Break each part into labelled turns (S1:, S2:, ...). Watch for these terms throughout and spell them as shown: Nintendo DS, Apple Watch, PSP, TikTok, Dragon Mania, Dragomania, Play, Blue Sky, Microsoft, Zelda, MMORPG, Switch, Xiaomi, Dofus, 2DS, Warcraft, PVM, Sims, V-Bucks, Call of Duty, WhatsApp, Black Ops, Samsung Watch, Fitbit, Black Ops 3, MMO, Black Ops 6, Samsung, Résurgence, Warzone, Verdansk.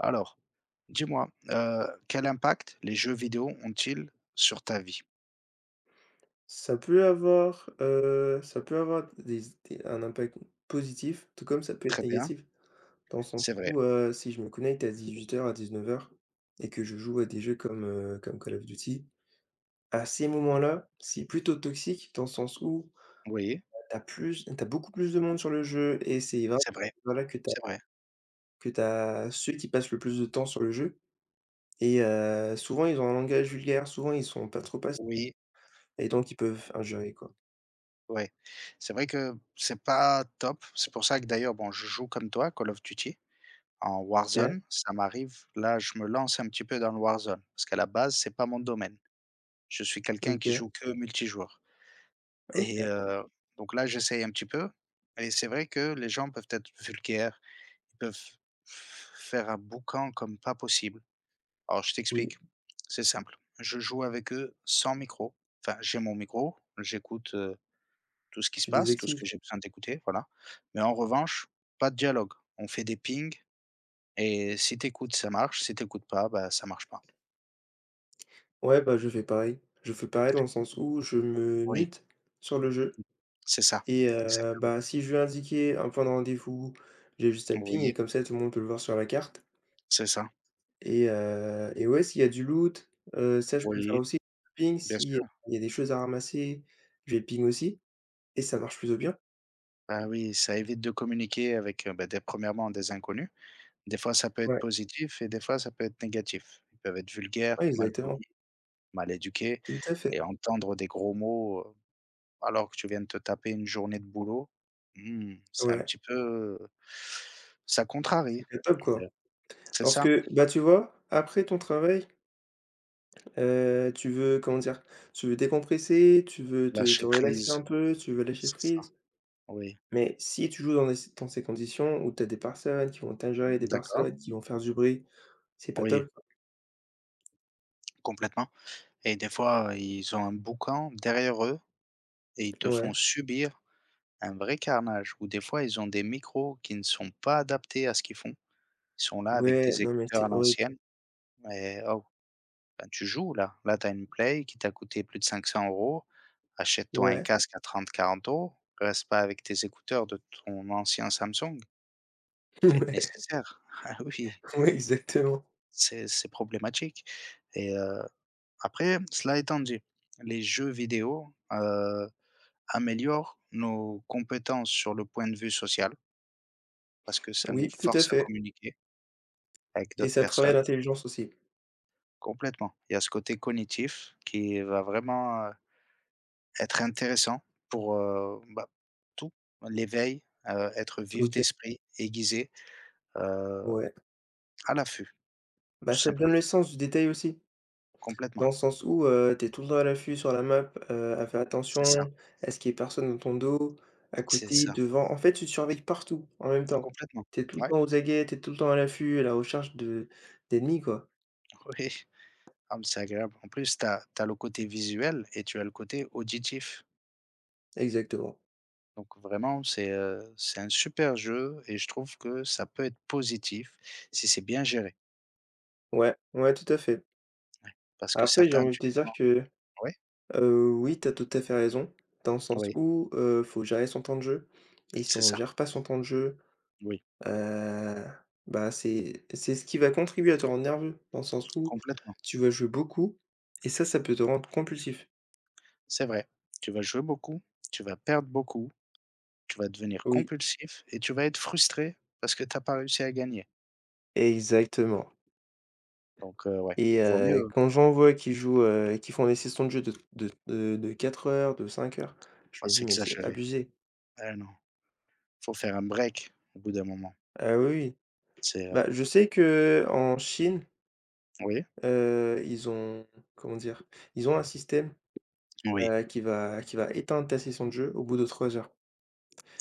S1: Alors, dis-moi, quel impact les jeux vidéo ont-ils sur ta vie?
S2: Ça peut avoir des un impact positif, tout comme ça peut être
S1: Très bien,
S2: négatif. Dans le sens
S1: c'est vrai.
S2: où, si je me connecte à 18 heures à 19 heures et que je joue à des jeux comme Call of Duty, à ces moments-là, c'est plutôt toxique dans le sens où
S1: Oui,
S2: t'as beaucoup plus de monde sur le jeu et c'est vraiment
S1: c'est vrai,
S2: voilà que
S1: c'est vrai.
S2: t'as ceux qui passent le plus de temps sur le jeu et souvent ils ont un langage vulgaire, souvent ils sont pas trop patients
S1: Oui,
S2: et donc ils peuvent injurer, quoi.
S1: ouais. C'est vrai que c'est pas top. C'est pour ça que d'ailleurs, bon, je joue comme toi, Call of Duty, en
S2: OK,
S1: Warzone. Ça m'arrive, là, je me lance un petit peu dans le Warzone parce qu'à la base, c'est pas mon domaine. Je suis quelqu'un qui
S2: OK,
S1: joue que multijoueur et
S2: OK,
S1: donc là, j'essaye un petit peu et c'est vrai que les gens peuvent être vulgaires, ils peuvent faire un boucan comme pas possible. Alors je
S2: oui.
S1: t'explique, c'est simple. Je joue avec eux sans micro. Enfin, j'ai mon micro, j'écoute, tout ce qui se
S2: Tu
S1: passe, tout ce
S2: désactives?
S1: que j'ai besoin d'écouter, voilà. Mais en revanche, pas de dialogue. On fait des pings et si t'écoutes, ça marche, si t'écoutes pas, bah, ça marche pas.
S2: Ouais, bah, je fais pareil. Je fais pareil dans le sens où je me
S1: Oui,
S2: mute sur le jeu
S1: c'est ça,
S2: et
S1: exactement.
S2: bah, si je veux indiquer un point de rendez-vous, j'ai juste à le ping et
S1: Oui,
S2: comme ça, tout le monde peut le voir sur la carte
S1: c'est ça.
S2: et ouais, s'il y a du loot, ça, je peux le faire
S1: Oui,
S2: aussi, ping.
S1: bien
S2: Si,
S1: sûr.
S2: il y a des choses à ramasser, je vais ping aussi et ça marche plutôt bien.
S1: Bah, oui, ça évite de communiquer avec, bah, des premièrement des inconnus. Des fois, ça peut être
S2: Ouais,
S1: positif et des fois, ça peut être négatif. Ils peuvent être vulgaires,
S2: ouais,
S1: mal
S2: exactement.
S1: polis, mal éduqués
S2: Tout à
S1: et
S2: fait.
S1: entendre des gros mots, alors que tu viens de te taper une journée de boulot. Mmh, c'est un
S2: Ouais,
S1: petit peu, ça contrarie.
S2: c'est pas top, quoi.
S1: Ouais, c'est
S2: Parce
S1: ça,
S2: que, bah, tu vois, après ton travail. Tu veux, comment dire? Tu veux décompresser, tu veux te
S1: lâcher
S2: relaxer un
S1: prise,
S2: peu, tu veux lâcher
S1: c'est ça.
S2: prise.
S1: Oui,
S2: Mais si tu joues dans les dans ces conditions où tu as des personnes qui vont t'injurier, des
S1: d'accord,
S2: personnes qui vont faire du bruit, c'est pas
S1: oui,
S2: top.
S1: complètement et des fois, ils ont un boucan derrière eux et ils te font
S2: Ouais,
S1: subir un vrai carnage ou des fois, ils ont des micros qui ne sont pas adaptés à ce qu'ils font. Ils sont là avec
S2: ouais,
S1: des
S2: non, mais
S1: écouteurs à
S2: c'est horrible.
S1: l'ancienne. Et oh, ben, tu joues là. Là, tu as une Play qui t'a coûté plus de 500 euros. Achète-toi un
S2: Ouais,
S1: casque à 30-40 euros. Reste pas avec tes écouteurs de ton ancien Samsung. Fais le
S2: ouais,
S1: nécessaire. Ah oui,
S2: ouais, exactement.
S1: c'est problématique et après, cela étant dit, les jeux vidéo, heu, améliorent nos compétences sur le point de vue social parce que ça nous
S2: Oui, tout à
S1: force à
S2: fait,
S1: communiquer avec
S2: et
S1: d'autres
S2: ça travaille
S1: personnes.
S2: l'intelligence aussi.
S1: Complètement. Il y a ce côté cognitif qui va vraiment, être intéressant pour, bah, tout, l'éveil, être vif
S2: OK.
S1: d'esprit, aiguisé, heu,
S2: Ouais.
S1: à l'affût,
S2: Bah,
S1: tout
S2: ça te donne
S1: simplement,
S2: le sens du détail aussi. Dans
S1: complètement.
S2: le sens où, tu es tout le temps à l'affût sur la map, à faire
S1: C'est ça,
S2: attention, est ce qu'il y a personne dans ton dos, à
S1: c'est
S2: côté,
S1: ça,
S2: devant. En fait, tu te surveilles partout en même temps.
S1: complètement.
S2: Tu es tout le
S1: Ouais,
S2: temps aux aguets, tu es tout le temps à l'affût, à la recherche de d'ennemis, quoi.
S1: oui. Ah, mais c'est agréable. En plus, tu as le côté visuel et tu as le côté auditif.
S2: Exactement.
S1: Donc vraiment, c'est un super jeu et je trouve que ça peut être positif si c'est bien géré.
S2: Ouais, ouais, tout à fait.
S1: Parce que
S2: Après, j'ai
S1: certains,
S2: envie de
S1: tu
S2: te
S1: dis,
S2: dire que,
S1: oui,
S2: oui, tu as tout à fait raison, dans le sens
S1: oui,
S2: où, faut gérer son temps de jeu et si
S1: c'est
S2: on
S1: ça,
S2: gère pas son temps de jeu.
S1: oui,
S2: Heu, Bah, c'est ce qui va contribuer à te rendre nerveux, dans le sens où
S1: complètement.
S2: tu vas jouer beaucoup et ça peut te rendre compulsif.
S1: C'est vrai. Tu vas jouer beaucoup, tu vas perdre beaucoup. Tu vas devenir
S2: Oui,
S1: compulsif et tu vas être frustré parce que tu as pas réussi à gagner.
S2: exactement,
S1: Donc ouais,
S2: et
S1: vaut mieux,
S2: quand j'en vois qui jouent, qui font des sessions de jeu de 4 heures, de 5 heures, je
S1: pas
S2: me dis: «Mais c'est
S1: s'exagérer.
S2: abusé».
S1: Eh non, faut faire un break au bout d'un moment.
S2: Ah oui, oui.
S1: C'est,
S2: Bah, je sais que en Chine,
S1: oui,
S2: ils ont comment dire? Ils ont un système,
S1: oui,
S2: qui va éteindre ta session de jeu au bout de 3 heures.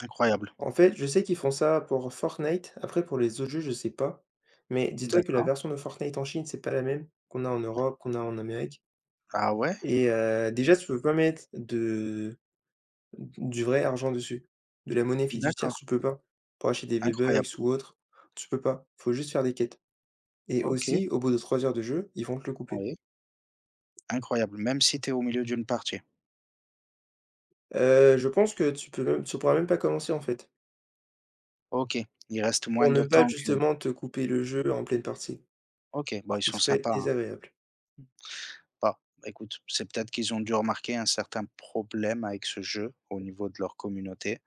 S1: incroyable.
S2: En fait, je sais qu'ils font ça pour Fortnite, après pour les autres jeux, je sais pas. Mais dis-toi que la
S1: D'accord.
S2: version de Fortnite en Chine, c'est pas la même qu'on a en Europe, qu'on a en Amérique.
S1: Ah ouais?
S2: Et déjà, tu peux pas mettre de du vrai argent dessus. De la monnaie fiduciaire,
S1: D'accord,
S2: tu peux pas. Pour acheter des V-Bucks
S1: incroyable.
S2: ou autre, tu peux pas. Faut juste faire des quêtes. Et
S1: OK,
S2: aussi, au bout de 3 heures de jeu, ils vont te le couper.
S1: oui, incroyable, même si tu es au milieu d'une partie?
S2: Je pense que tu pourras même pas commencer, en fait,
S1: OK, il reste moins
S2: pour ne
S1: de
S2: pas
S1: temps que
S2: justement te couper le jeu en pleine partie,
S1: OK, bon,
S2: ce
S1: ils
S2: qui
S1: sont
S2: serait
S1: sympas, hein.
S2: désagréable.
S1: Bah, écoute, c'est peut-être qu'ils ont dû remarquer un certain problème avec ce jeu au niveau de leur communauté.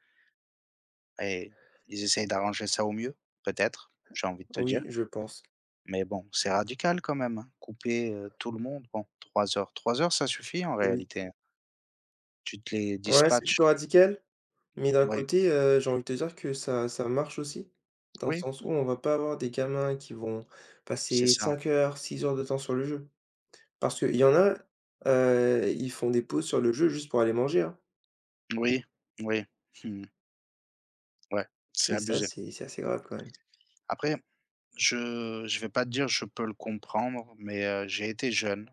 S1: Et ils essayent d'arranger ça au mieux, peut-être, j'ai envie de te
S2: Oui,
S1: dire.
S2: je pense.
S1: Mais bon, c'est radical quand même, hein, couper, tout le monde. Bon, 3 heures, 3 heures, ça suffit en
S2: Oui.
S1: réalité, hein. Tu te les
S2: Ouais, c'est
S1: dispatches.
S2: plutôt radical, mais d'un
S1: Oui,
S2: côté, j'ai envie de te dire que ça ça marche aussi, dans le
S1: oui,
S2: sens où on va pas avoir des gamins qui vont
S1: c'est
S2: passer
S1: ça.
S2: 5 heures, 6 heures de temps sur le jeu. Parce qu'il y en a, ils font des pauses sur le jeu juste pour aller manger, hein,
S1: Oui, oui, mmh, ouais, c'est
S2: et ça,
S1: abusé.
S2: c'est assez grave quand même.
S1: Après, je vais pas te dire je peux le comprendre, mais j'ai été jeune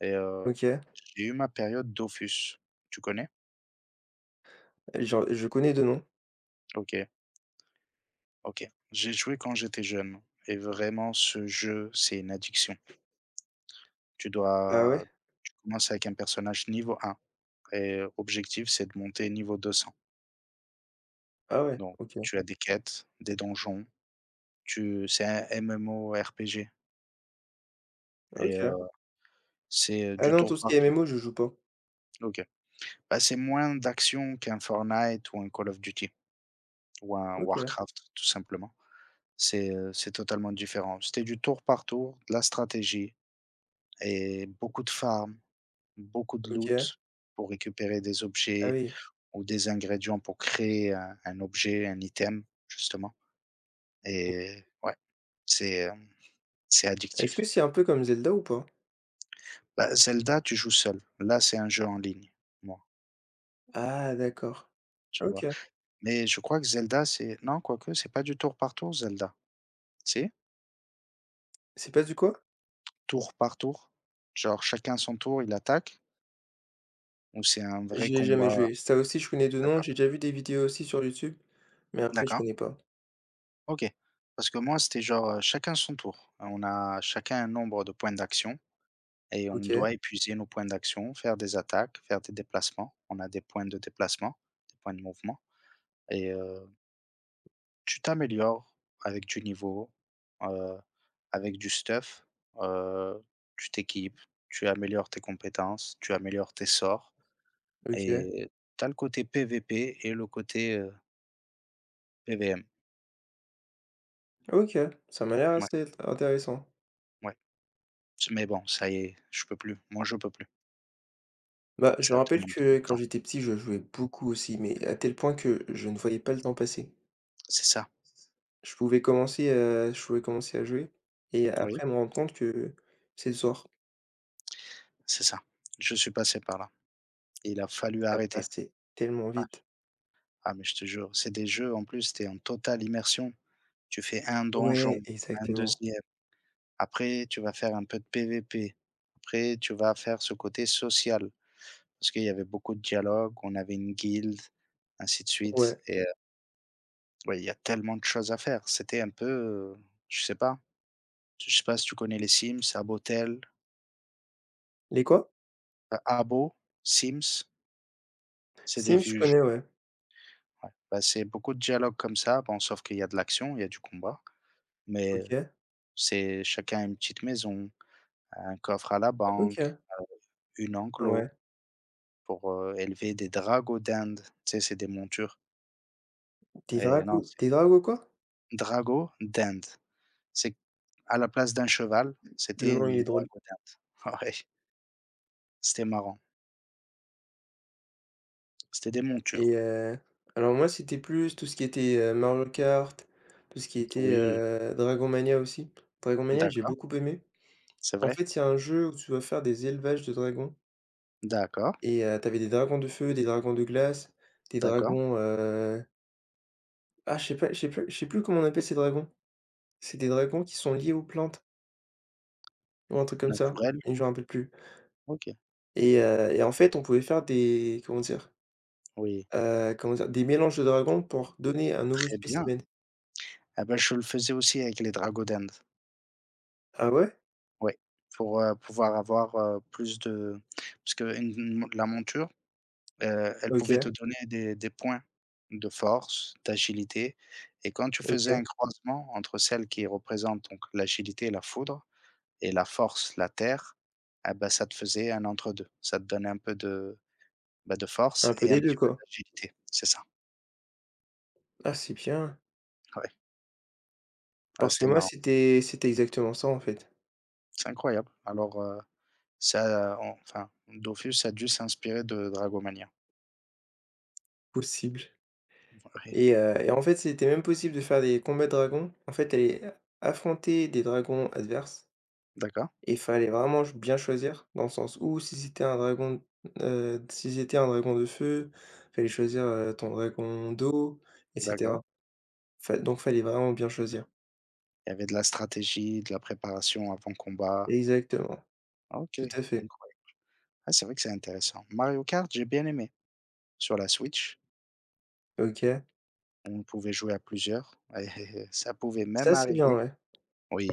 S1: et
S2: OK,
S1: j'ai eu ma période Dofus. Tu connais?
S2: genre je connais de nom.
S1: OK, OK. J'ai joué quand j'étais jeune et vraiment ce jeu, c'est une addiction. Tu
S2: Ah
S1: dois
S2: ouais?
S1: tu commences avec un personnage niveau 1 et objectif, c'est de monter niveau 200.
S2: Ah ouais,
S1: Donc
S2: OK,
S1: tu as des quêtes, des donjons, tu c'est un MMORPG et
S2: OK.
S1: c'est,
S2: Ah
S1: du
S2: non,
S1: tour
S2: tout ce qui
S1: par
S2: est
S1: tour.
S2: MMO, je joue pas.
S1: OK. Bah, c'est moins d'action qu'un Fortnite ou un Call of Duty ou un
S2: OK,
S1: Warcraft tout simplement. C'est totalement différent. C'était du tour par tour, de la stratégie et beaucoup de farm, beaucoup de
S2: OK,
S1: loot pour récupérer des
S2: ah
S1: objets.
S2: oui.
S1: Ou des ingrédients pour créer un objet, un item, justement et ouais, c'est, hem, c'est
S2: Est-ce que
S1: addictif.
S2: c'est un peu comme Zelda ou pas?
S1: Bah, Zelda, tu joues seul. Là, c'est un jeu en ligne, moi,
S2: Ah d'accord,
S1: tu vois?
S2: OK.
S1: Mais je crois que Zelda, c'est non, quoique, c'est pas du tour par tour, Zelda. C'est
S2: C'est pas du quoi?
S1: tour par tour? Genre chacun son tour, il attaque? Ou c'est un vrai
S2: J'ai jamais
S1: combat?
S2: joué. Ça aussi, je connais de nom,
S1: D'accord.
S2: j'ai déjà vu des vidéos aussi sur YouTube, mais après, je
S1: D'accord,
S2: connais pas.
S1: OK. Parce que moi, c'était genre, chacun son tour. On a chacun un nombre de points d'action et on
S2: OK,
S1: doit épuiser nos points d'action, faire des attaques, faire des déplacements. On a des points de déplacement, des points de mouvement et tu t'améliores avec du niveau, heu, avec du stuff, heu, tu t'équipes, tu améliores tes compétences, tu améliores tes sorts
S2: OK,
S1: et tu as le côté PVP et le côté, PVM.
S2: OK, ça m'a l'air
S1: Ouais,
S2: assez intéressant.
S1: ouais. C mais bon, ça y est, je peux plus. Moi, je peux plus.
S2: Bah, je me
S1: Ça
S2: rappelle
S1: demande trop
S2: que
S1: de
S2: quand
S1: temps.
S2: j'étais petit, je jouais beaucoup aussi, mais à tel point que je ne voyais pas le temps passer.
S1: C'est ça.
S2: Je pouvais commencer à jouer et
S1: Oui,
S2: après me rendre compte que c'est le soir.
S1: c'est ça. Je suis passé par là. Il a fallu
S2: Ça
S1: arrêter.
S2: passait tellement vite.
S1: Ah mais je te jure, c'est des jeux en plus, tu es en totale immersion. Tu fais un
S2: Ouais,
S1: donjon, un
S2: exactement.
S1: deuxième. Après tu vas faire un peu de PVP, après tu vas faire ce côté social, parce qu'il y avait beaucoup de dialogues, on avait une guilde, ainsi de suite
S2: Ouais.
S1: et ouais, il y a tellement de choses à faire. C'était un peu, je sais pas, je sais pas si tu connais les Sims, Abotel,
S2: Les quoi?
S1: bah, Abo, Sims, c'est des
S2: Sims, je
S1: vieux jeux,
S2: connais, ouais.
S1: ouais. Bah, c'est beaucoup de dialogues comme ça, bon sauf qu'il y a de l'action, il y a du combat, mais
S2: OK,
S1: c'est chacun a une petite maison. Un coffre à la banque,
S2: OK,
S1: heu, une
S2: ouais.
S1: enclos pour, élever des dragos d'Inde. Tu sais, c'est des montures
S2: Des
S1: et non,
S2: dragos
S1: c'est
S2: des dragos quoi?
S1: dragos d'Inde. C'est à la place d'un cheval, c'était
S2: Le nom, il
S1: une
S2: est drôle.
S1: drago d'Inde. Ouais, c'était marrant. C'était des montures.
S2: Et alors moi, c'était plus tout ce qui était, Mario Kart, tout ce qui était,
S1: Oui,
S2: Dragon Mania aussi. Dragon Mania, j'ai
S1: d'accord,
S2: beaucoup aimé.
S1: c'est
S2: En
S1: vrai.
S2: fait, il y a un jeu où tu dois faire des élevages de dragons
S1: D'accord,
S2: et tu des dragons de feu, des dragons de glace, des
S1: d'accord.
S2: dragons, ah, je sais pas, je sais plus comment on appelle ces dragons. C'est des dragons qui sont liés aux plantes ou un truc comme ça,
S1: Naturel,
S2: et je me rappelle plus.
S1: OK.
S2: Et en fait, on pouvait faire des, comment dire?
S1: Oui,
S2: Comment dire? Des mélanges de dragons pour donner un nouveau
S1: très bien.
S2: spécimen.
S1: Ah bah, je le faisais aussi avec les dragos d'Inde.
S2: Ah ouais?
S1: Ouais, pour, pouvoir avoir, plus de parce qu'la monture. Elle pouvait te
S2: OK,
S1: donner des points de force, d'agilité et quand tu faisais un
S2: OK.
S1: croisement entre celle qui représente donc l'agilité, la foudre et la force, la terre, ah bah, ça te faisait un entre-deux. Ça te donnait un peu de, bah, de force
S2: Un peu
S1: et un
S2: des 2,
S1: petit peu
S2: quoi.
S1: d'agilité. C'est ça,
S2: Ah c'est bien,
S1: ouais. Ah,
S2: parce que
S1: c'était
S2: moi
S1: marrant.
S2: c'était exactement ça en fait,
S1: C'est incroyable. Alors, ça on enfin, Dofus a dû s'inspirer de Dragomania.
S2: possible,
S1: Oui.
S2: et en fait c'était même possible de faire des combats de dragons. En fait, aller affronter des dragons adverses,
S1: D'accord,
S2: et il fallait vraiment ch bien choisir, dans le sens où si c'était un dragon, si c'était un dragon de feu, fallait choisir, ton dragon d'eau et cetera.
S1: d'accord.
S2: Fa Donc fallait vraiment bien choisir.
S1: Il y avait de la stratégie, de la préparation avant combat.
S2: Exactement,
S1: Ah OK.
S2: tout à fait.
S1: Ah, c'est vrai que c'est intéressant. Mario Kart, j'ai bien aimé. Sur la Switch,
S2: OK.
S1: on pouvait jouer à plusieurs. Et ça pouvait même
S2: Ça c'est bien,
S1: arriver,
S2: ouais.
S1: oui,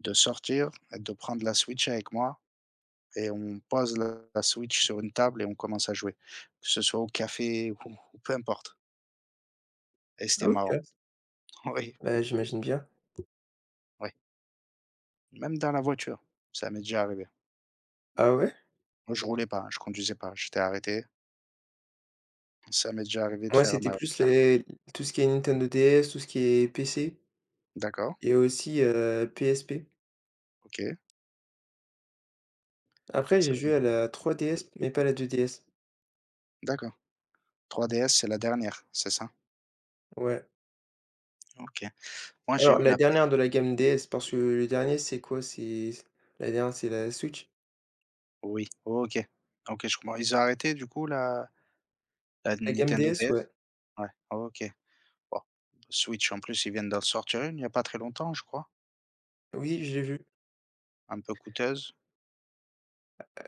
S1: de sortir, de prendre la Switch avec moi et on pose la Switch sur une table et on commence à jouer, que ce soit au café ou peu importe. Et
S2: Ah,
S1: c'était
S2: OK.
S1: marrant. Oui,
S2: Bah j'imagine bien.
S1: oui. Même dans la voiture, ça m'est déjà arrivé.
S2: Ah ouais?
S1: Moi, je roulais pas, hein, je conduisais pas, j'étais arrêté. Ça m'est déjà arrivé de
S2: Moi,
S1: faire
S2: c'était
S1: mal.
S2: plus les tout ce qui est Nintendo DS, tout ce qui est PC
S1: D'accord,
S2: et aussi, PSP.
S1: ok,
S2: Après, j'ai
S1: c'est vrai.
S2: joué à la 3DS, mais pas la 2DS.
S1: D'accord. 3DS, c'est la dernière, c'est ça?
S2: Ouais.
S1: Ok. Moi, j'ai
S2: Alors
S1: eu
S2: la
S1: la.
S2: dernière de la gamme DS, parce que le dernier, c'est quoi? C'est la dernière, c'est la Switch.
S1: Oui, OK. OK, je comprends. Ils ont arrêté du coup la
S2: La gamme
S1: Nintendo
S2: DS,
S1: DS?
S2: ouais.
S1: Ouais, OK. Bon, Switch en plus, ils viennent d'en sortir une il n'y a pas très longtemps, je crois,
S2: Oui, j'ai vu,
S1: un peu coûteuse.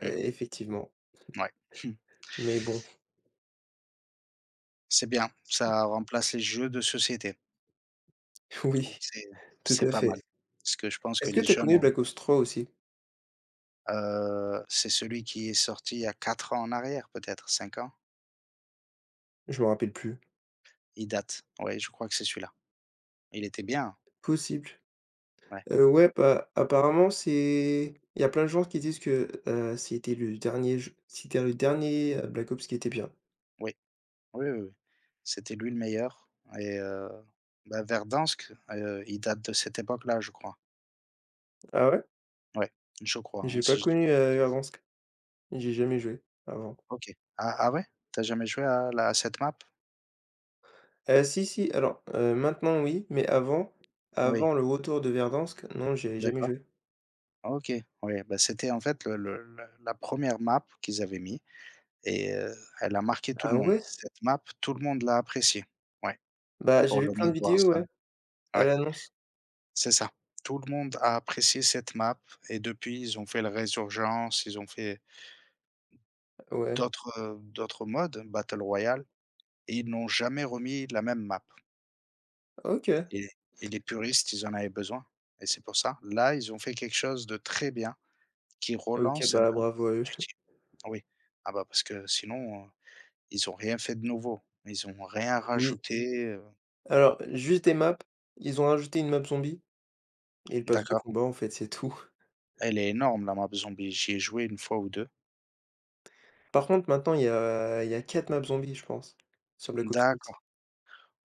S1: Mmh,
S2: effectivement.
S1: ouais. Hmm.
S2: Mais bon,
S1: C'est bien, ça remplace les jeux de société, donc
S2: oui,
S1: c'est
S2: tout
S1: c'est
S2: à
S1: pas
S2: fait.
S1: mal. Parce que je pense que
S2: Est-ce que
S1: les
S2: t'as
S1: jeunes
S2: connu
S1: ont
S2: Black Ops 3 aussi?
S1: c'est celui qui est sorti il y a 4 ans en arrière peut-être, 5 ans?
S2: Je me rappelle plus.
S1: Il date. Ouais, je crois que c'est celui-là. Il était bien,
S2: Possible.
S1: ouais,
S2: Ouais, bah, apparemment, c'est il y a plein de gens qui disent que, c'était le dernier, Black Ops qui était bien.
S1: oui. Oui, oui, oui. C'était lui le meilleur et bah, Verdansk, il date de cette époque-là, je crois.
S2: Ah ouais?
S1: Ouais, je crois, hein,
S2: J'ai pas
S1: si je dis
S2: connu,
S1: pas de bêtises.
S2: Verdansk. J'ai jamais joué avant.
S1: OK. Ah ouais? T'as jamais joué à cette map?
S2: Si, si, alors, maintenant oui, mais avant
S1: Oui,
S2: avant le retour de Verdansk, non, j'ai jamais
S1: d'accord.
S2: joué.
S1: OK, oui, bah, c'était en fait le la première map qu'ils avaient mis et elle a marqué tout le
S2: Ah
S1: monde.
S2: ouais?
S1: Cette map, tout le monde l'a appréciée. Ouais,
S2: Bah, j'ai
S1: pour
S2: vu
S1: le
S2: plein de
S1: mode
S2: vidéos, ouais,
S1: Warzone.
S2: à
S1: Ouais,
S2: l'annonce.
S1: c'est ça. Tout le monde a apprécié cette map et depuis, ils ont fait le Résurgence, ils ont fait
S2: Ouais.
S1: d'autres modes hein, battle royale et ils n'ont jamais remis la même map
S2: OK.
S1: et et les puristes, ils en avaient besoin et c'est pour ça. Là, ils ont fait quelque chose de très bien qui
S2: OK,
S1: relance un
S2: bah,
S1: peu Call
S2: bravo à
S1: of
S2: eux.
S1: Duty. Oui. Ah bah, parce que sinon, ils ont rien fait de nouveau. Ils ont rien
S2: Oui.
S1: rajouté.
S2: Alors, juste des maps, ils ont rajouté une map zombie, et le pass de
S1: D'accord.
S2: combat, en fait, c'est tout.
S1: Elle est énorme la map zombie, j'y ai joué une fois ou deux.
S2: Par contre, maintenant, il y a 4 maps zombies, je pense, sur Black Ops 6.
S1: D'accord,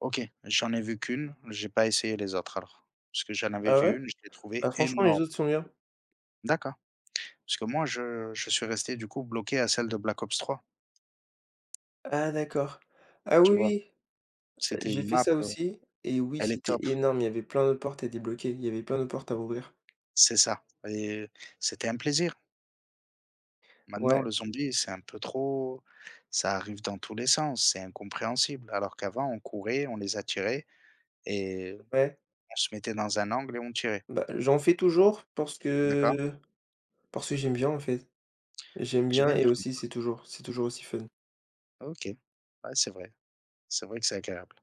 S1: OK. J'en ai vu qu'une. J'ai pas essayé les autres alors. Parce que j'en avais
S2: Ah ouais?
S1: vu une, je l'ai trouvée
S2: Bah, franchement, les
S1: énorme.
S2: autres sont bien.
S1: D'accord. Parce que moi, je suis resté du coup bloqué à celle de Black Ops 3.
S2: Ah d'accord. Ah
S1: Tu
S2: oui,
S1: vois?
S2: oui,
S1: C'était
S2: j'ai
S1: une
S2: fait
S1: map,
S2: ça aussi, et oui,
S1: elle est
S2: c'était
S1: top,
S2: énorme, il y avait plein de portes à débloquer, il y avait plein de portes à ouvrir.
S1: c'est ça et c'était un plaisir. Maintenant
S2: Ouais,
S1: le zombie, c'est un peu trop, ça arrive dans tous les sens, c'est incompréhensible. Alors qu'avant on courait, on les attirait et
S2: ouais.
S1: on se mettait dans un angle et on tirait.
S2: Bah, j'en fais toujours
S1: D'accord?
S2: parce que j'aime bien, en fait. J'aime
S1: Je vais
S2: bien, et
S1: m'y
S2: aussi
S1: remettre.
S2: c'est toujours aussi fun.
S1: OK. Ouais, c'est vrai. C'est vrai que c'est agréable.